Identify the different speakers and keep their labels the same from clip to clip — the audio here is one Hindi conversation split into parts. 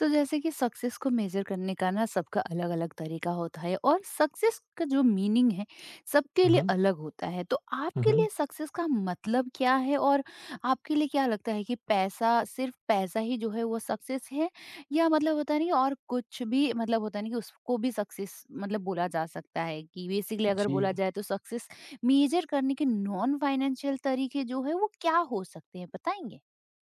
Speaker 1: तो जैसे कि सक्सेस को मेजर करने का ना सबका अलग अलग तरीका होता है और सक्सेस का जो मीनिंग है सबके
Speaker 2: हुँ,
Speaker 1: लिए
Speaker 2: हुँ।
Speaker 1: अलग होता है। तो
Speaker 2: हुँ,
Speaker 1: आपके लिए
Speaker 2: हुँ।
Speaker 1: सक्सेस का मतलब क्या है? और आपके लिए क्या लगता है कि पैसा, सिर्फ पैसा ही जो है वो सक्सेस है या मतलब होता नहीं, और कुछ भी मतलब होता नहीं कि उसको भी सक्सेस मतलब बोला जा सकता है? कि बेसिकली अगर
Speaker 2: जी,
Speaker 1: बोला जाए तो सक्सेस मेजर करने के नॉन फाइनेंशियल तरीके जो है वो क्या हो सकते हैं, बताएंगे?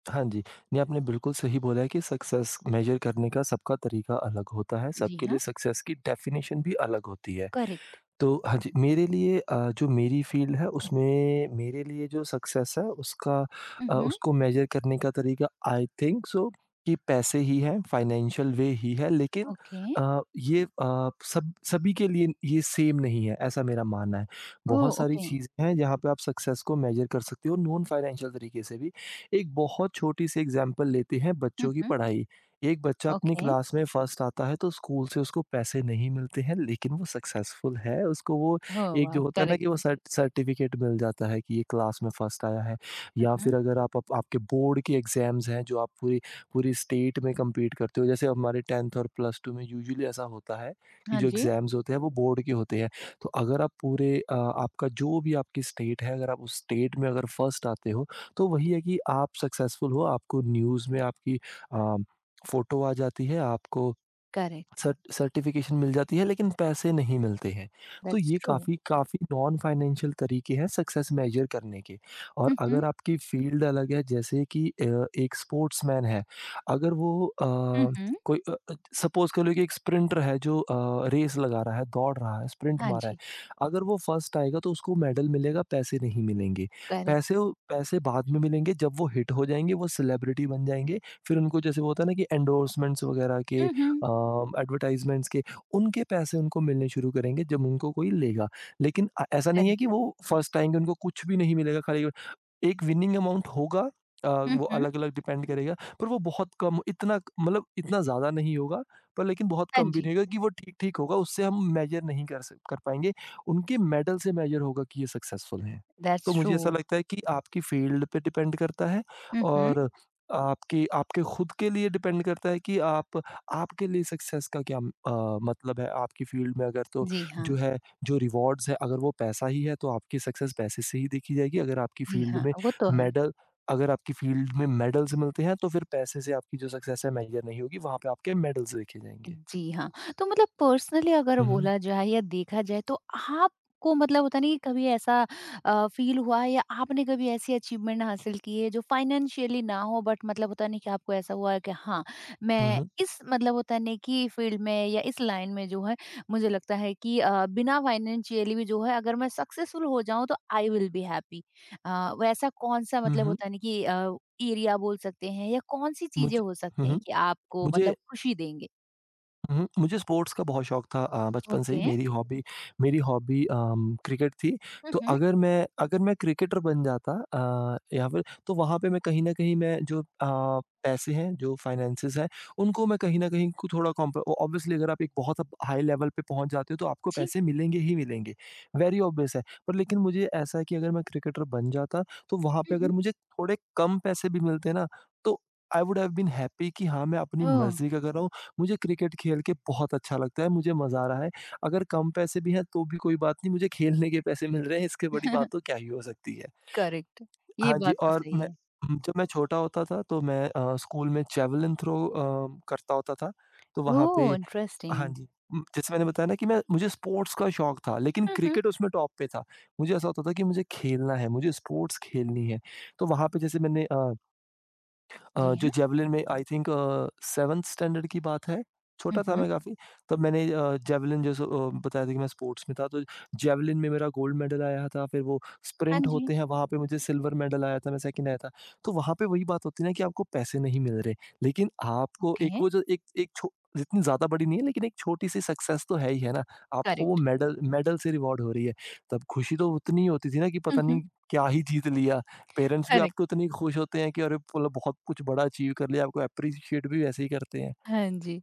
Speaker 2: हाँ जी। नहीं, आपने बिल्कुल सही बोला है कि सक्सेस मेज़र करने का सबका तरीका अलग होता है,
Speaker 1: जी
Speaker 2: सबके
Speaker 1: हाँ।
Speaker 2: लिए सक्सेस की डेफ़िनेशन भी अलग होती है।
Speaker 1: करेक्ट।
Speaker 2: तो हाँ जी, मेरे लिए जो मेरी फ़ील्ड है उसमें मेरे लिए जो सक्सेस है उसका
Speaker 1: हम्म।
Speaker 2: उसको मेज़र करने का तरीका आई थिंक सो कि पैसे ही हैं, फाइनेंशियल वे ही है लेकिन
Speaker 1: ओके।
Speaker 2: ये अ, सब सभी के लिए ये सेम नहीं है, ऐसा मेरा मानना है।
Speaker 1: ओह!
Speaker 2: बहुत सारी
Speaker 1: ओके,
Speaker 2: चीज़ें हैं जहाँ पे आप सक्सेस को मेज़र कर सकते हो नॉन फाइनेंशियल तरीके से भी। एक बहुत छोटी-सी एग्ज़ाम्पल लेते हैं
Speaker 1: हुँ,
Speaker 2: बच्चों की
Speaker 1: हुँ,
Speaker 2: पढ़ाई। एक बच्चा अपनी
Speaker 1: ओके,
Speaker 2: क्लास में फर्स्ट आता है तो स्कूल से उसको पैसे नहीं मिलते हैं लेकिन वो सक्सेसफुल है। उसको वो
Speaker 1: ओह
Speaker 2: एक
Speaker 1: वाओ!
Speaker 2: जो होता है ना कि वो
Speaker 1: करेक्ट,
Speaker 2: सर्टिफ़िकेट मिल जाता है कि ये क्लास में फर्स्ट आया है।
Speaker 1: हुँ,
Speaker 2: या
Speaker 1: हुँ,
Speaker 2: फिर अगर आप आप आपके बोर्ड के एग्ज़ाम्स हैं जो आप पूरी पूरी स्टेट में कम्पीट करते हो। जैसे हमारे 10th और प्लस 2 में यूजुअली ऐसा होता है कि
Speaker 1: हाँ
Speaker 2: जो
Speaker 1: जी,
Speaker 2: एग्ज़ाम्स होते हैं वो बोर्ड के होते हैं। तो अगर आप आपका जो भी आपकी स्टेट है अगर आप उस स्टेट में अगर फर्स्ट आते हो तो वही है कि आप सक्सेसफुल हो। आपको न्यूज़ में आपकी अ फ़ोटो आ जाती है। आपको
Speaker 1: करेक्ट,
Speaker 2: सर्टिफिकेशन मिल जाती है लेकिन पैसे नहीं मिलते हैं। तो
Speaker 1: दैट्स
Speaker 2: ये
Speaker 1: ट्रू,
Speaker 2: काफ़ी काफ़ी नॉन फाइनेंशियल तरीके हैं सक्सेस मेज़र करने के। और
Speaker 1: हुँ, हुँ,
Speaker 2: अगर आपकी फ़ील्ड अलग है जैसे कि एक स्पोर्ट्समैन है, अगर वो अ,
Speaker 1: हुँ, हुँ,
Speaker 2: कोई अ अ, सपोज़ कर लो कि एक स्प्रिंटर है जो रेस लगा रहा है, दौड़ रहा है, स्प्रिंट
Speaker 1: हाँ
Speaker 2: मारा है।
Speaker 1: जी,
Speaker 2: अगर वो फर्स्ट आएगा तो उसको मेडल मिलेगा, पैसे नहीं मिलेंगे।
Speaker 1: करेक्ट,
Speaker 2: पैसे बाद में मिलेंगे जब वो हिट हो जाएँगे, वो सेलिब्रिटी बन जाएँगे, फिर उनको जैसे वो होता है ना कि एंडोर्समेंट्स वगैरह के,
Speaker 1: हुँ, हुँ,
Speaker 2: एडवर्टाइजमेंट्स के, उनके पैसे उनको मिलने शुरू करेंगे जब उनको कोई लेगा। लेकिन ऐसा नहीं है
Speaker 1: करेक्ट,
Speaker 2: कि वो फर्स्ट आएँगे उनको कुछ भी नहीं मिलेगा। खाली एक विनिंग अमाउंट होगा।
Speaker 1: हुँ,
Speaker 2: वो
Speaker 1: हुँ,
Speaker 2: अलग-अलग डिपेंड करेगा, पर वो बहुत कम, इतना मतलब इतना ज़्यादा नहीं होगा, पर लेकिन बहुत
Speaker 1: हाँ
Speaker 2: कम भी
Speaker 1: जी,
Speaker 2: नहीं होगा कि वो ठीक-ठीक होगा, उससे हम मेजर नहीं कर पाएँगे। उनके मेडल से मेजर होगा कि ये सक्सेसफुल हैं।
Speaker 1: दैट्स
Speaker 2: तो
Speaker 1: ट्रू,
Speaker 2: मुझे ऐसा लगता है कि आपकी फ़ील्ड पे डिपेंड करता है
Speaker 1: हुँ, हुँ,
Speaker 2: और आपके आपके खुद के लिए डिपेंड करता है कि आप आपके लिए सक्सेस का क्या मतलब है। आपकी फ़ील्ड में अगर तो
Speaker 1: जी हाँ,
Speaker 2: जो है, जो रिवॉर्ड्स है, अगर वो पैसा ही है, तो आपकी सक्सेस पैसे से ही देखी जाएगी। अगर आपकी
Speaker 1: जी
Speaker 2: फ़ील्ड
Speaker 1: हाँ,
Speaker 2: में
Speaker 1: वो तो है।
Speaker 2: मेडल अगर आपकी फ़ील्ड में मेडल्स मिलते हैं, तो फिर पैसे से आपकी जो सक्सेस है मेजर नहीं होगी, वहाँ पे आपके मेडल्स देखे जाएँगे।
Speaker 1: जी हाँ। तो मतलब पर्सनली अगर
Speaker 2: हुँ, हुँ।
Speaker 1: बोला जाए या देखा जाए तो आपको मतलब होता नहीं कि कभी ऐसा फ़ील हुआ है या आपने कभी ऐसी अचीवमेंट हासिल की है जो फाइनेंशियली ना हो, बट मतलब होता नहीं कि आपको ऐसा हुआ है कि हाँ,
Speaker 2: हुँ,
Speaker 1: मैं
Speaker 2: हुँ।
Speaker 1: इस मतलब होता नहीं कि फ़ील्ड में या इस लाइन में जो है मुझे लगता है कि बिना फाइनेंशियली भी जो है, अगर मैं सक्सेसफुल हो जाऊँ तो आई विल बी हैप्पी। वैसा कौन-सा
Speaker 2: हुँ,
Speaker 1: मतलब
Speaker 2: हुँ।
Speaker 1: होता नहीं कि एरिया बोल सकते हैं या कौन-सी चीज़ें
Speaker 2: मुझे
Speaker 1: हो
Speaker 2: हुँ,
Speaker 1: सकती हैं
Speaker 2: हुँ।
Speaker 1: कि आपको मतलब
Speaker 2: मुझे
Speaker 1: खुशी देंगे?
Speaker 2: हुँ, मुझे स्पोर्ट्स का बहुत शौक था। बचपन से ही
Speaker 1: ओके।
Speaker 2: मेरी हॉबी क्रिकेट थी।
Speaker 1: हुँ,
Speaker 2: तो
Speaker 1: हुँ।
Speaker 2: अगर मैं क्रिकेटर बन जाता या फिर तो वहाँ पे मैं कहीं न कहीं मैं जो पैसे हैं, जो फाइनेंसेज़ हैं, उनको मैं कहीं न कहीं को थोड़ा कॉम्प ओ ऑब्वियसली अगर आप एक बहुत अब हाई लेवल पे पहुँच जाते हो, तो आपको
Speaker 1: जी।
Speaker 2: पैसे मिलेंगे ही मिलेंगे, वेरी ऑब्वियस है। पर लेकिन मुझे ऐसा है कि अगर मैं क्रिकेटर बन जाता, तो वहाँ
Speaker 1: हुँ,
Speaker 2: पे अगर
Speaker 1: हुँ।
Speaker 2: मुझे थोड़े कम पैसे भी मिलते ना, तो I would have been happy कि हाँ, मैं अपनी
Speaker 1: ओह!
Speaker 2: मर्ज़ी का कर रहा हूँ। मुझे क्रिकेट खेल के बहुत अच्छा लगता है, मुझे मज़ा आ रहा है। अगर कम पैसे भी हैं तो भी कोई बात नहीं, मुझे खेलने के पैसे मिल रहे हैं, इससे बड़ी बात तो क्या ही हो सकती है।
Speaker 1: करेक्ट। ये
Speaker 2: हाँ जी।
Speaker 1: बात तो
Speaker 2: और
Speaker 1: सही है।
Speaker 2: जब मैं छोटा होता था तो मैं स्कूल में जेवलिन थ्रो करता होता था, तो वहाँ
Speaker 1: ओह!
Speaker 2: पे
Speaker 1: इंटरेस्टिंग।
Speaker 2: हाँ जी, जैसे मैंने बताया ना कि मैं मुझे स्पोर्ट्स का शौक था, लेकिन
Speaker 1: हुँ, हुँ।
Speaker 2: क्रिकेट उसमें टॉप पे था। मुझे ऐसा होता था कि मुझे खेलना है, मुझे स्पोर्ट्स खेलनी है। तो वहाँ पे जैसे
Speaker 1: जी
Speaker 2: जो
Speaker 1: हाँ।
Speaker 2: जेवलिन में आई थिंक सेवन्थ स्टैंडर्ड की बात है,
Speaker 1: हुँ,
Speaker 2: छोटा था
Speaker 1: हुँ।
Speaker 2: मैं काफ़ी, तब जेवलिन जैसे बताया था कि मैं स्पोर्ट्स में था, तो जेवलिन में मेरा गोल्ड मेडल आया था, फिर वो
Speaker 1: हाँ
Speaker 2: स्प्रिंट
Speaker 1: जी।
Speaker 2: होते हैं, वहाँ पे मुझे सिल्वर मेडल आया था, मैं सेकंड आया था। तो वहाँ पे वही बात होती है ना कि आपको पैसे नहीं मिल रहे, लेकिन आपको एक
Speaker 1: ओके,
Speaker 2: वो जो एक एक छो इतनी ज़्यादा बड़ी नहीं है, लेकिन एक छोटी-सी सक्सेस तो है ही, है ना? आपको वो
Speaker 1: करेक्ट।
Speaker 2: मेडल मेडल से रिवॉर्ड हो रही है। तब खुशी तो उतनी ही होती थी ना कि
Speaker 1: हुँ,
Speaker 2: पता
Speaker 1: हुँ।
Speaker 2: नहीं क्या ही जीत लिया। पेरेंट्स भी
Speaker 1: करेक्ट।
Speaker 2: आपके उतने ही खुश होते हैं कि अरे मतलब बहुत कुछ बड़ा अचीव कर लिया, आपको अप्रिशिएट भी वैसे ही करते हैं।
Speaker 1: हाँ जी।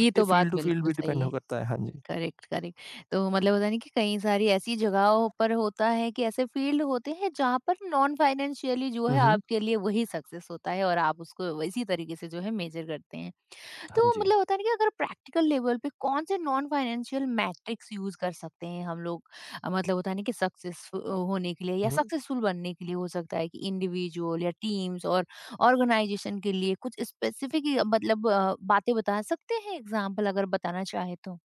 Speaker 2: तो ये
Speaker 1: तो बात
Speaker 2: फील्ड टू फील्ड
Speaker 1: बिल्कुल
Speaker 2: भी
Speaker 1: सही
Speaker 2: डिपेंड
Speaker 1: है।
Speaker 2: हो करता है। हाँ जी।
Speaker 1: Correct, correct. तो मतलब होता है ना कि कई सारी ऐसी जगहों पर होता है कि ऐसे फील्ड होते हैं जहाँ पर नॉन फाइनेंशियली जो
Speaker 2: हुँ,
Speaker 1: है
Speaker 2: हुँ।
Speaker 1: आपके लिए वही सक्सेस होता है और आप उसको इसी तरीके से जो है मेजर करते हैं।
Speaker 2: हाँ
Speaker 1: तो
Speaker 2: जी।
Speaker 1: मतलब होता है ना कि अगर प्रैक्टिकल लेवल पे कौन से नॉन फाइनेंशियल मैट्रिक्स यूज कर सकते हैं हम लोग, मतलब होता है ना कि सक्सेस होने के लिए या
Speaker 2: हुँ, हुँ।
Speaker 1: सक्सेसफुल बनने के लिए हो सकता है कि इंडिविजुअल या टीम्स और ऑर्गेनाइजेशन के लिए कुछ स्पेसिफिक मतलब बातें बता सकते हैं, एग्जाम्पल अगर बताना चाहे तो?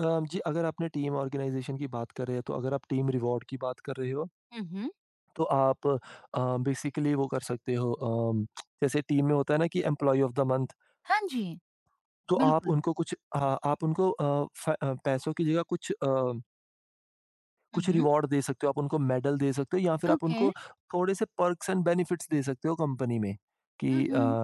Speaker 2: अ, जी, अगर आपने टीम ऑर्गेनाइज़ेशन की बात कर रहे हैं, तो अगर आप टीम रिवॉर्ड की बात कर रहे हो,
Speaker 1: हम्म।
Speaker 2: तो आप बेसिकली वो कर सकते हो। जैसे टीम में होता है ना कि एम्प्लॉयी ऑफ द मंथ,
Speaker 1: हाँ जी।
Speaker 2: तो आप
Speaker 1: बिल्कुल।
Speaker 2: उनको कुछ हाँ, आप उनको पैसों की जगह कुछ
Speaker 1: हम्म।
Speaker 2: रिवॉर्ड दे सकते हो, आप उनको मेडल दे सकते हो या फिर आप
Speaker 1: ओके।
Speaker 2: उनको थोड़े से पर्क्स एंड बेनिफिट्स दे सकते हो कंपनी में कि
Speaker 1: हम्म।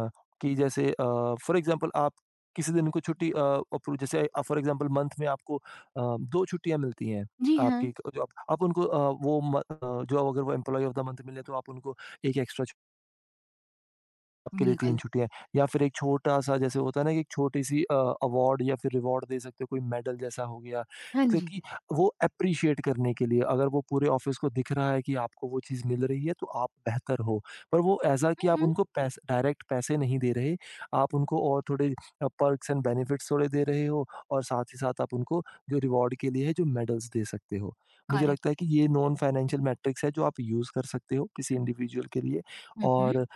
Speaker 2: जैसे फॉर एग्जांपल आप किसी दिन को छुट्टी अ, अप्रू जैसे फॉर एग्जांपल मंथ में आपको 2 छुट्टियाँ मिलती हैं।
Speaker 1: जी हाँ।
Speaker 2: आपकी क जो आप उनको अ, वो म अ, जो अगर वो एम्प्लॉयी ऑफ द मंथ मिले तो आप उनको 1 एक्स्ट्रा, आपके लिए 3
Speaker 1: बिल्कुल।
Speaker 2: छुट्टियाँ हैं। या फिर एक छोटा-सा जैसे होता है ना कि एक छोटी-सी अवार्ड या फिर रिवॉर्ड दे सकते हो, कोई मेडल जैसा हो गया।
Speaker 1: हाँ जी।
Speaker 2: क्योंकि वो एप्रिशिएट करने के लिए अगर वो पूरे ऑफ़िस को दिख रहा है कि आपको वो चीज़ मिल रही है, तो आप बेहतर हो। पर वो ऐसा कि आप
Speaker 1: हम्म।
Speaker 2: उनको पैसे डायरेक्ट पैसे नहीं दे रहे, आप उनको और थोड़े पर्क्स एंड बेनिफिट्स थोड़े दे रहे हो और साथ ही साथ आप उनको जो रिवॉर्ड के लिए है, जो मेडल्स दे सकते हो। मुझे लगता है
Speaker 1: करेक्ट।
Speaker 2: कि ये नॉन फ़ाइनेंशियल मैट्रिक्स है, जो आप यूज़ कर सकते हो किसी इंडिविजुअल के लिए,
Speaker 1: हम्म।
Speaker 2: और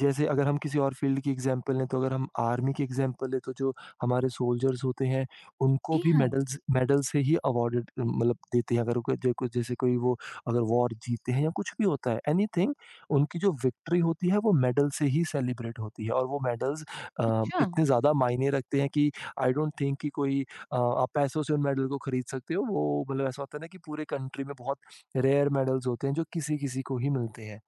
Speaker 2: जैसे अगर हम किसी और फ़ील्ड की एग्ज़ाम्पल लें, तो अगर हम आर्मी की एग्ज़ाम्पल लें, तो जो हमारे सोल्जर्स होते हैं, उनको
Speaker 1: जी
Speaker 2: भी
Speaker 1: हाँ।
Speaker 2: मेडल से ही अवॉर्डेड मतलब देते हैं। अगर कोई देखो जैसे कोई वो अगर वॉर जीते हैं या कुछ भी होता है, एनीथिंग, उनकी जो विक्ट्री होती है, वो मेडल से ही सेलिब्रेट होती है और वो मेडल्स
Speaker 1: अच्छा।
Speaker 2: इतने ज़्यादा मायने रखते हैं कि आई डोंट थिंक कि आप पैसों से उन मेडल को खरीद सकते हो। वो मतलब ऐसा होता है ना कि पूरे कंट्री में बहुत रेयर मेडल्स होते हैं, जो किसी-किसी को ही मिलते हैं।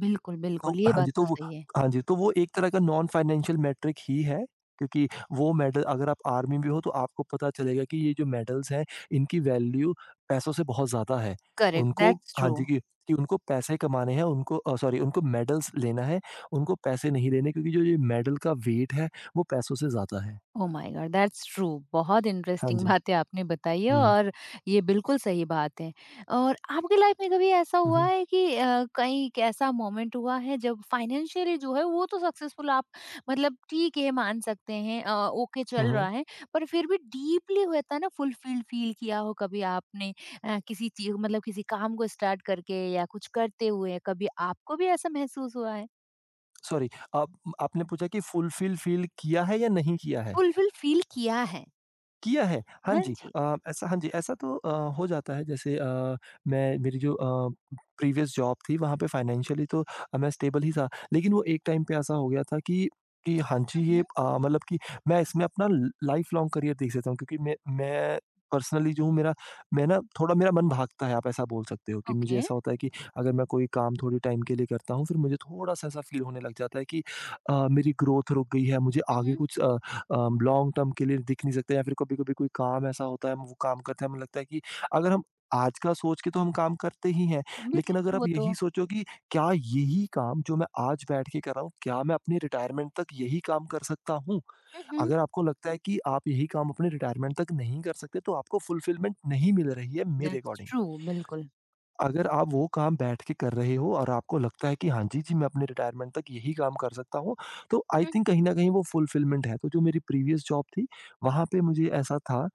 Speaker 1: बिल्कुल,
Speaker 2: तो
Speaker 1: बिल्कुल, ये
Speaker 2: हाँ
Speaker 1: बात
Speaker 2: जी, तो
Speaker 1: तो
Speaker 2: वो
Speaker 1: सही है।
Speaker 2: हाँ जी, तो वो एक तरह का नॉन फाइनेंशियल मैट्रिक ही है, क्योंकि वो मेडल अगर आप आर्मी में हो तो आपको पता चलेगा कि ये जो मेडल्स हैं, इनकी वैल्यू पैसों से बहुत ज़्यादा है।
Speaker 1: करेक्ट,
Speaker 2: उनको
Speaker 1: दैट्स
Speaker 2: हाँ
Speaker 1: ट्रू।
Speaker 2: जी, कि उनको पैसे कमाने हैं, उनको सॉरी उनको मेडल्स लेना है, उनको पैसे नहीं लेने क्योंकि जो ये मेडल का वेट है, वो पैसों से ज़्यादा है।
Speaker 1: Oh my God! That's true. बहुत
Speaker 2: हाँ
Speaker 1: इंटरेस्टिंग
Speaker 2: जी।
Speaker 1: बातें आपने बताई है,
Speaker 2: हुँ,
Speaker 1: और ये बिल्कुल सही बात है। और आपकी लाइफ में कभी ऐसा
Speaker 2: हुँ,
Speaker 1: हुआ
Speaker 2: हुँ,
Speaker 1: है कि कहीं एक ऐसा मोमेंट हुआ है जब फाइनेंशियली जो है वो तो सक्सेसफुल आप मतलब ठीक है मान सकते हैं, ओके
Speaker 2: हुँ,
Speaker 1: चल रहा
Speaker 2: हुँ।
Speaker 1: है, पर फिर भी डीपली होता है ना फुलफिल्ड फ़ील किया हो कभी आपने, किसी चीज़ मतलब किसी काम को स्टार्ट करके या कुछ करते हुए कभी आपको भी ऐसा महसूस हुआ है?
Speaker 2: सॉरी, आप आपने पूछा कि फुलफ़िल फ़ील किया है या नहीं किया है?
Speaker 1: फुलफिल फ़ील किया है।
Speaker 2: किया है। हाँ
Speaker 1: हाँ
Speaker 2: जी।
Speaker 1: जी।
Speaker 2: ऐसा तो हो जाता है। जैसे अ, मैं मेरी जो प्रीवियस जॉब थी वहाँ पे फाइनेंशियली तो मैं स्टेबल ही था। लेकिन वो एक टाइम पे ऐसा हो गया था कि हाँ जी, ये मतलब कि मैं इसमें अपना ल लाइफ़ लॉन्ग करियर देख सकता हूँ क्योंकि मैं पर्सनली जो हूँ, मेरा मैं ना थोड़ा मेरा मन भागता है, आप ऐसा बोल सकते हो कि मुझे
Speaker 1: ओके।
Speaker 2: ऐसा होता है कि अगर मैं कोई काम थोड़े टाइम के लिए करता हूँ, फिर मुझे थोड़ा-सा ऐसा फ़ील होने लग जाता है कि मेरी ग्रोथ रुक गई है, मुझे
Speaker 1: हुँ,
Speaker 2: आगे
Speaker 1: हुँ।
Speaker 2: लॉन्ग टर्म के लिए दिख नहीं सकता, या फिर कभी-कभी कोई काम ऐसा होता है, हम वो काम करते हैं, हमें लगता है कि अगर हम आज का सोच के तो हम काम करते ही हैं, लेकिन अगर
Speaker 1: बिल्कुल, वो
Speaker 2: आप
Speaker 1: तो
Speaker 2: यही सोचो कि क्या यही काम जो मैं आज बैठ के कर रहा हूँ, क्या मैं अपनी रिटायरमेंट तक यही काम कर सकता हूँ?
Speaker 1: हुँ, हुँ।
Speaker 2: अगर आपको लगता है कि आप यही काम अपने रिटायरमेंट तक नहीं कर सकते, तो आपको फुलफिलमेंट नहीं मिल रही है मेरे
Speaker 1: दैट्स
Speaker 2: अकॉर्डिंग।
Speaker 1: ट्रू बिल्कुल।
Speaker 2: अगर आप वो काम बैठ के कर रहे हो और आपको लगता है कि हाँ जी, जी, मैं अपने रिटायरमेंट तक यही काम कर सकता हूँ, तो आई
Speaker 1: हुँ।
Speaker 2: थिंक कहीं न कहीं वो फुलफिलमेंट है। तो जो मेरी प्रीवियस जॉब थी, वहाँ पे मुझे ऐसा था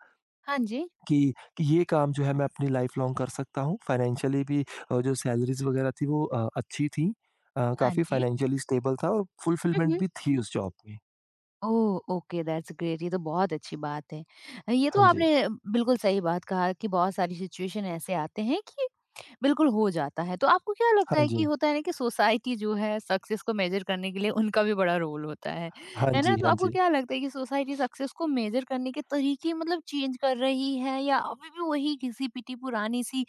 Speaker 1: हाँ जी,
Speaker 2: कि ये काम जो है मैं अपनी लाइफ़ लॉन्ग कर सकता हूँ। फाइनेंशियली भी जो सैलरीज़ वगैरह थी वो अच्छी थी।
Speaker 1: हाँ
Speaker 2: काफ़ी
Speaker 1: जी।
Speaker 2: फाइनेंशियली स्टेबल था और
Speaker 1: हुँ,
Speaker 2: फुलफिलमेंट
Speaker 1: हुँ।
Speaker 2: भी थी उस जॉब में।
Speaker 1: ओह! ओके, दैट्स ग्रेट, ये तो बहुत अच्छी बात है। ये तो
Speaker 2: हाँ जी,
Speaker 1: आपने बिल्कुल सही बात कहा कि बहुत सारी सिचुएशन ऐसे आते हैं कि बिल्कुल हो जाता है। तो आपको क्या
Speaker 2: हाँ
Speaker 1: लगता है कि
Speaker 2: जी।
Speaker 1: होता है ना कि सोसाइटी जो है सक्सेस को मेजर करने के लिए उनका भी बड़ा रोल होता है।
Speaker 2: हाँ
Speaker 1: है ना?
Speaker 2: जी,
Speaker 1: तो
Speaker 2: हाँ
Speaker 1: आपको
Speaker 2: जी।
Speaker 1: क्या लगता है कि सोसाइटी सक्सेस को मेजर करने के तरीके मतलब चेंज कर रही है या अभी भी वही घिसी-पिटी पुरानी सी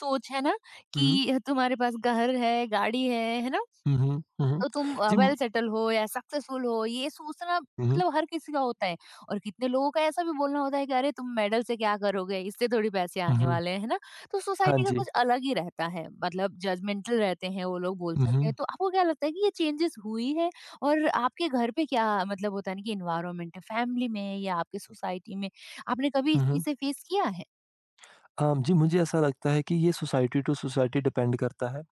Speaker 1: सोच है ना
Speaker 2: हुँ, हुँ।
Speaker 1: कि तुम्हारे पास घर है, गाड़ी है ना?
Speaker 2: हुँ, हुँ, हुँ, हुँ।
Speaker 1: तो तुम
Speaker 2: जी, म
Speaker 1: वेल सेटल हो या सक्सेसफुल हो, ये सोचना
Speaker 2: हुँ, हुँ,
Speaker 1: मतलब हर किसी का होता है। और कितने लोगों का ऐसा भी बोलना होता है कि अरे तुम मेडल से क्या करोगे, इससे थोड़ी पैसे
Speaker 2: हुँ,
Speaker 1: आने
Speaker 2: हुँ।
Speaker 1: वाले हैं, है ना? तो
Speaker 2: हाँ
Speaker 1: सोसाइटी का
Speaker 2: जी।
Speaker 1: कुछ अलग ही रहता है, मतलब जजमेंटल रहते हैं वो लोग, बोल
Speaker 2: हुँ,
Speaker 1: सकते हैं।
Speaker 2: हुँ,
Speaker 1: तो आपको क्या लगता है कि ये चेंजेस हुई है? और आपके घर पे क्या मतलब होता है ना कि एनवायरनमेंट है, फैमिली में या आपके सोसाइटी में आपने कभी इस
Speaker 2: हुँ,
Speaker 1: चीज़
Speaker 2: हुँ।
Speaker 1: से फेस किया है?
Speaker 2: जी, मुझे ऐसा लगता है कि ये सोसाइटी टू सोसाइटी डिपेंड करता है।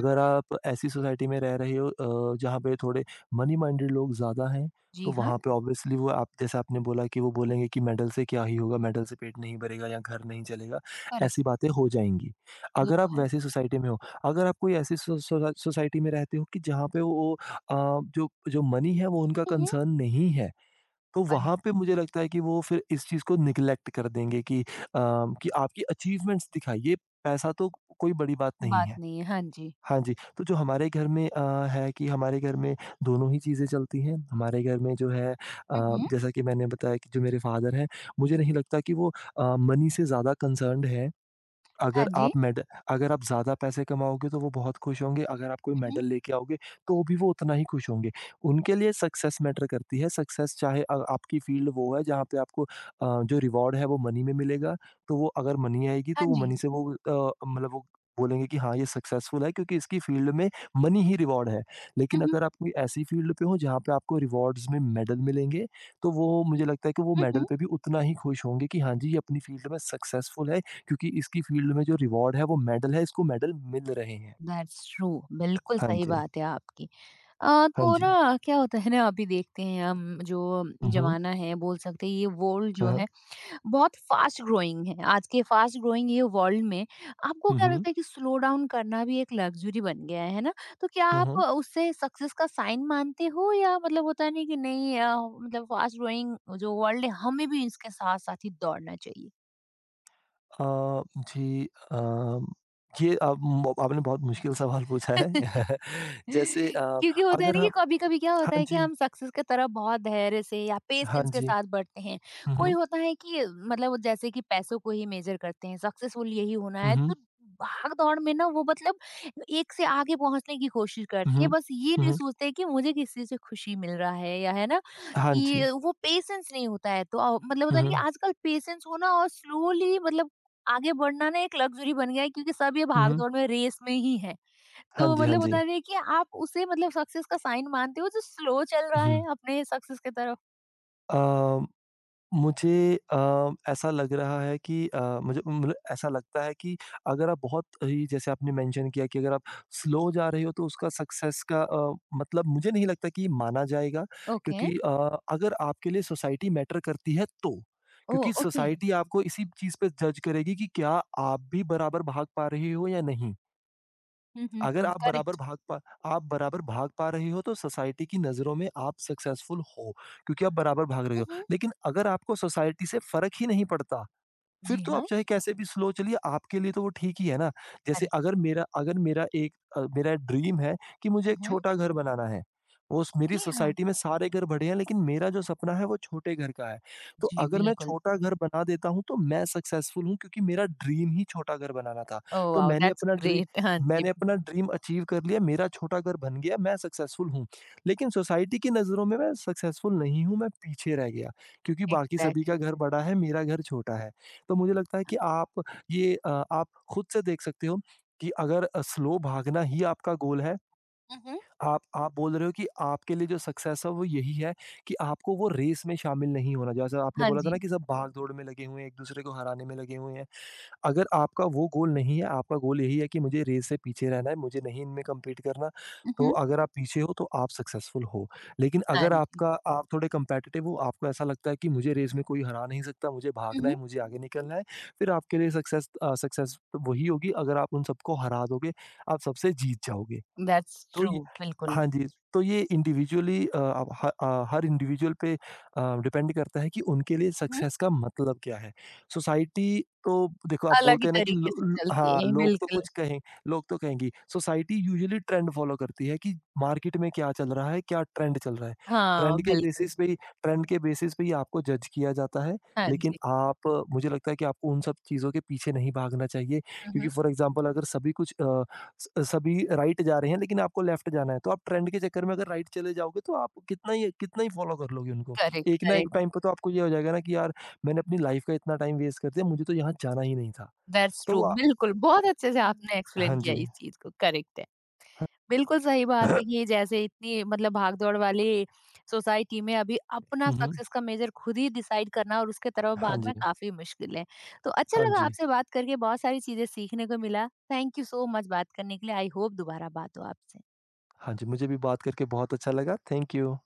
Speaker 1: हुँ।
Speaker 2: आप ऐसी सोसाइटी में रह रहे हो जहाँ पे थोड़े मनी माइंडेड लोग ज़्यादा हैं,
Speaker 1: जी
Speaker 2: तो
Speaker 1: हाँ,
Speaker 2: वहाँ पे ऑब्वियसली वो आप जैसे आपने बोला कि वो बोलेंगे कि मेडल से क्या ही होगा, मेडल से पेट नहीं भरेगा या घर नहीं चलेगा,
Speaker 1: करेक्ट,
Speaker 2: ऐसी बातें हो जाएँगी।
Speaker 1: वो
Speaker 2: अगर
Speaker 1: तो
Speaker 2: आप वैसी सोसाइटी में हो, अगर आप कोई ऐसी सोसाइटी में रहते हो कि जहाँ पे वो अ, जो जो मनी है वो उनका
Speaker 1: है।
Speaker 2: कंसर्न नहीं है, तो
Speaker 1: अरे!
Speaker 2: वहाँ पे मुझे लगता है कि वो फिर इस चीज़ को निग्लेक्ट कर देंगे कि आपकी अचीवमेंट्स दिखाइए, पैसा तो कोई बड़ी बात नहीं
Speaker 1: बात
Speaker 2: है।
Speaker 1: नहीं है, हाँ जी।
Speaker 2: हाँ जी, तो जो हमारे घर में है कि हमारे घर में दोनों ही चीज़ें चलती हैं। हमारे घर में जो है
Speaker 1: उहुँ।
Speaker 2: जैसा कि मैंने बताया कि जो मेरे फादर हैं, मुझे नहीं लगता कि वो मनी से ज़्यादा कंसर्न्ड हैं।
Speaker 1: हाँ
Speaker 2: अगर
Speaker 1: जी।
Speaker 2: आप मेड अगर आप ज़्यादा पैसे कमाओगे तो वो बहुत खुश होंगे, अगर आप कोई
Speaker 1: उहुँ।
Speaker 2: मेडल लेके आओगे तो भी वो उतना ही खुश होंगे। उनके लिए सक्सेस मैटर करती है, सक्सेस चाहे आपकी फ़ील्ड वो है जहाँ पे आपको जो रिवॉर्ड है वो मनी में मिलेगा, तो वो अगर मनी आएगी
Speaker 1: हाँ
Speaker 2: तो वो
Speaker 1: जी।
Speaker 2: मनी से वो मतलब वो बोलेंगे कि हाँ, ये सक्सेसफुल है क्योंकि इसकी फ़ील्ड में मनी ही रिवॉर्ड है। लेकिन
Speaker 1: उहुँ,
Speaker 2: अगर आप कोई ऐसी फ़ील्ड पे हो जहाँ पे आपको रिवॉर्ड्स में मेडल मिलेंगे, तो वो मुझे लगता है कि वो
Speaker 1: उहुँ।
Speaker 2: मेडल पे भी उतना ही खुश होंगे कि हाँ जी, ये अपनी फ़ील्ड में सक्सेसफुल है। क्योंकि इसकी फ़ील्ड में जो रिवॉर्ड है वो मेडल है, इसको मेडल मिल रहे हैं।
Speaker 1: दैट्स ट्रू, बिल्कुल
Speaker 2: हाँ
Speaker 1: सही
Speaker 2: जी,
Speaker 1: बात है आपकी।
Speaker 2: हाँ
Speaker 1: तो
Speaker 2: जी।
Speaker 1: ना क्या होता है ना अभी देखते हैं हम जो
Speaker 2: हुँ, हुँ।
Speaker 1: ज़माना है, बोल सकते हैं ये वर्ल्ड
Speaker 2: हाँ,
Speaker 1: जो
Speaker 2: हाँ।
Speaker 1: है बहुत फ़ास्ट ग्रोइंग है। आज के फ़ास्ट ग्रोइंग ये वर्ल्ड में आपको
Speaker 2: हुँ,
Speaker 1: क्या
Speaker 2: हुँ।
Speaker 1: लगता है कि स्लो डाउन करना भी एक लग्ज़री बन गया है ना? तो क्या
Speaker 2: हुँ,
Speaker 1: आप
Speaker 2: हुँ।
Speaker 1: उससे सक्सेस का साइन मानते हो या मतलब होता है नहीं कि नहीं, मतलब फ़ास्ट ग्रोइंग जो वर्ल्ड है हमें भी इसके साथ-साथ ही दौड़ना चाहिए?
Speaker 2: अ, जी, अम, ये अब म आपने बहुत मुश्किल सवाल पूछा है। जैसे अ,
Speaker 1: क्योंकि होता है
Speaker 2: अगर
Speaker 1: ना कि
Speaker 2: हम
Speaker 1: कभी-कभी क्या होता
Speaker 2: हाँ
Speaker 1: है कि
Speaker 2: जी,
Speaker 1: हम सक्सेस की तरफ बहुत धैर्य से या
Speaker 2: हाँ
Speaker 1: पेशेंस के
Speaker 2: जी।
Speaker 1: साथ बढ़ते हैं।
Speaker 2: हुँ,
Speaker 1: कोई
Speaker 2: हुँ।
Speaker 1: होता है कि मतलब वो जैसे कि पैसों को ही मेजर करते हैं, सक्सेसफुल यही होना
Speaker 2: हुँ,
Speaker 1: है,
Speaker 2: हुँ।
Speaker 1: तो भाग-दौड़ में ना वो मतलब एक से आगे पहुँचने की कोशिश
Speaker 2: हुँ,
Speaker 1: करते हैं,
Speaker 2: हुँ।
Speaker 1: बस ये
Speaker 2: हुँ,
Speaker 1: नहीं
Speaker 2: हुँ।
Speaker 1: सोचते कि मुझे किस चीज़ से खुशी मिल रहा है, या है ना?
Speaker 2: हाँ जी।
Speaker 1: कि वो पेशेंस नहीं होता है, तो मतलब
Speaker 2: हुँ,
Speaker 1: होता है ना कि
Speaker 2: हुँ।
Speaker 1: आजकल पेशेंस होना और स्लोली मतलब आगे बढ़ना ना एक लग्ज़री बन गया है क्योंकि सब ये
Speaker 2: हुँ, हुँ।
Speaker 1: भाग-दौड़ में रेस में ही है।
Speaker 2: हाँ
Speaker 1: तो
Speaker 2: जी, हाँ
Speaker 1: मतलब
Speaker 2: जी।
Speaker 1: होता नहीं है कि आप उसे मतलब सक्सेस का साइन मानते हो जो स्लो चल रहा
Speaker 2: हुँ।
Speaker 1: है अपने सक्सेस की तरफ?
Speaker 2: अ मुझे ऐसा लग रहा है कि मुझे मतलब ऐसा लगता है कि अगर आप बहुत ही जैसे आपने मेंशन किया कि अगर आप स्लो जा रहे हो तो उसका सक्सेस का मतलब मुझे नहीं लगता कि माना जाएगा,
Speaker 1: ओके।
Speaker 2: क्योंकि अगर आपके लिए सोसाइटी मैटर करती है, तो
Speaker 1: ओह!
Speaker 2: क्योंकि
Speaker 1: ओके।
Speaker 2: सोसाइटी आपको इसी चीज़ पे जज करेगी कि क्या आप भी बराबर भाग पा रहे हो या नहीं।
Speaker 1: हुँ, हुँ,
Speaker 2: अगर
Speaker 1: हुँ।
Speaker 2: आप बराबर
Speaker 1: करेक्ट।
Speaker 2: भाग पा आप बराबर भाग पा रहे हो, तो सोसाइटी की नज़रों में आप सक्सेसफुल हो, क्योंकि आप बराबर भाग रहे
Speaker 1: हुँ,
Speaker 2: हो।
Speaker 1: हुँ।
Speaker 2: लेकिन अगर आपको सोसाइटी से फ़र्क ही नहीं पड़ता, फिर
Speaker 1: जी
Speaker 2: तो आप
Speaker 1: हाँ,
Speaker 2: चाहे कैसे भी स्लो चलिए, आपके लिए तो वो ठीक ही है ना। जैसे
Speaker 1: करेक्ट।
Speaker 2: अगर मेरा अगर मेरा एक अ, मेरा ड्रीम है कि मुझे
Speaker 1: हुँ,
Speaker 2: एक
Speaker 1: हुँ।
Speaker 2: छोटा घर बनाना है। वो उस मेरी
Speaker 1: जी हाँ।
Speaker 2: सोसाइटी में सारे घर बड़े हैं लेकिन मेरा जो सपना है वो छोटे घर का है। तो
Speaker 1: जी,
Speaker 2: अगर मैं
Speaker 1: बिल्कुल।
Speaker 2: छोटा घर बना देता हूँ तो मैं सक्सेसफुल हूँ क्योंकि मेरा ड्रीम ही छोटा घर बनाना था।
Speaker 1: ओह
Speaker 2: तो
Speaker 1: वाओ! That's great. हाँ जी,
Speaker 2: मैंने अपना ड्रीम अचीव कर लिया, मेरा छोटा घर बन गया, मैं सक्सेसफुल हूँ। लेकिन सोसाइटी की नज़रों में मैं सक्सेसफुल नहीं हूँ, मैं पीछे रह गया क्योंकि बाकी सभी
Speaker 1: एग्ज़ैक्टली।
Speaker 2: का घर बड़ा है, मेरा घर छोटा है। तो मुझे लगता है
Speaker 1: हाँ।
Speaker 2: कि आप खुद से देख सकते हो कि अगर स्लो भागना ही आपका गोल है,
Speaker 1: हुँ, हुँ।
Speaker 2: आप बोल रहे हो कि आपके लिए जो सक्सेस है वो यही है कि आपको वो रेस में शामिल नहीं होना। जैसे आपने
Speaker 1: हाँ
Speaker 2: बोला था
Speaker 1: जी।
Speaker 2: ना कि सब भाग-दौड़ में लगे हुए हैं, एक-दूसरे को हराने में लगे हुए हैं। अगर आपका वो गोल नहीं है, आपका गोल यही है कि मुझे रेस से पीछे रहना है, मुझे नहीं इनमें कम्पीट करना,
Speaker 1: हुँ,
Speaker 2: तो
Speaker 1: हुँ।
Speaker 2: अगर आप पीछे हो तो आप सक्सेसफुल हो। लेकिन
Speaker 1: हाँ
Speaker 2: अगर
Speaker 1: जी।
Speaker 2: आपका आप थोड़े कम्पेटिटिव हो, आपको ऐसा लगता है कि मुझे रेस में कोई हरा नहीं सकता, मुझे
Speaker 1: हुँ,
Speaker 2: भागना है,
Speaker 1: हुँ।
Speaker 2: मुझे आगे निकलना है, फिर आपके लिए सक्सेस तो वही होगी अगर आप उन सबको हरा दोगे, आप सबसे जीत जाओगे।
Speaker 1: दैट्स
Speaker 2: तो
Speaker 1: ट्रू,
Speaker 2: ये
Speaker 1: बिल्कुल।
Speaker 2: हाँ जी, तो ये इंडिविजुअली हर इंडिविजुअल पे डिपेंड करता है कि उनके लिए
Speaker 1: हुँ, हुँ।
Speaker 2: सक्सेस का मतलब क्या है? सोसाइटी तो देखो आप
Speaker 1: अलग ही
Speaker 2: बोलते हैं ना कि
Speaker 1: तरीके
Speaker 2: लो
Speaker 1: से
Speaker 2: ल
Speaker 1: चलती
Speaker 2: हाँ,
Speaker 1: है,
Speaker 2: लोग तो
Speaker 1: बिल्कुल।
Speaker 2: कुछ कहें, लोग तो कहेंगे। सोसाइटी यूजुअली ट्रेंड फ़ॉलो करती है कि मार्केट में क्या चल रहा है, क्या ट्रेंड चल रहा है।
Speaker 1: हाँ,
Speaker 2: ट्रेंड के
Speaker 1: बिल्कुल।
Speaker 2: बेसिस पे ही ट्रेंड के बेसिस पे ही आपको जज किया जाता है।
Speaker 1: हाँ
Speaker 2: लेकिन
Speaker 1: जी।
Speaker 2: आप मुझे लगता है कि आपको उन सब चीज़ों के पीछे नहीं भागना चाहिए
Speaker 1: हुँ,
Speaker 2: क्योंकि
Speaker 1: हुँ।
Speaker 2: फ़ॉर एग्ज़ाम्पल अगर सभी कुछ अ, स सभी राइट जा रहे हैं, लेकिन आपको लेफ्ट जाना है, तो आप ट्रेंड के चक्कर में अगर राइट चले जाओगे, तो आप कितना ही फ़ॉलो कर लोगे उनको।
Speaker 1: करेक्ट,
Speaker 2: एक ना एक
Speaker 1: करेक्ट।
Speaker 2: टाइम पे तो आपको ये हो जाएगा ना कि यार, मैंने अपनी लाइफ़ का इतना टाइम वेस्ट कर दिया, मुझे तो यहाँ जाना ही नहीं था।
Speaker 1: दैट्स
Speaker 2: तो
Speaker 1: ट्रू
Speaker 2: वो अ,
Speaker 1: बिल्कुल, बहुत अच्छे से
Speaker 2: उम,
Speaker 1: आपने एक्सप्लेन
Speaker 2: हाँ
Speaker 1: किया
Speaker 2: जी।
Speaker 1: इस चीज़ को, करेक्ट है। बिल्कुल सही बात है कि जैसे इतनी मतलब भाग-दौड़ वाली सोसाइटी में अभी अपना
Speaker 2: हुँ, हुँ।
Speaker 1: सक्सेस का मेज़र खुद ही डिसाइड करना और उसके तरफ
Speaker 2: हाँ जी।
Speaker 1: भागना काफ़ी मुश्किल है। तो अच्छा
Speaker 2: हाँ
Speaker 1: लगा
Speaker 2: जी।
Speaker 1: आपसे बात करके, बहुत सारी चीज़ें सीखने को मिला। थैंक यू सो मच बात करने के लिए। आई होप दोबारा बात हो आपसे।
Speaker 2: हाँ जी, मुझे भी बात करके बहुत अच्छा लगा। Thank you.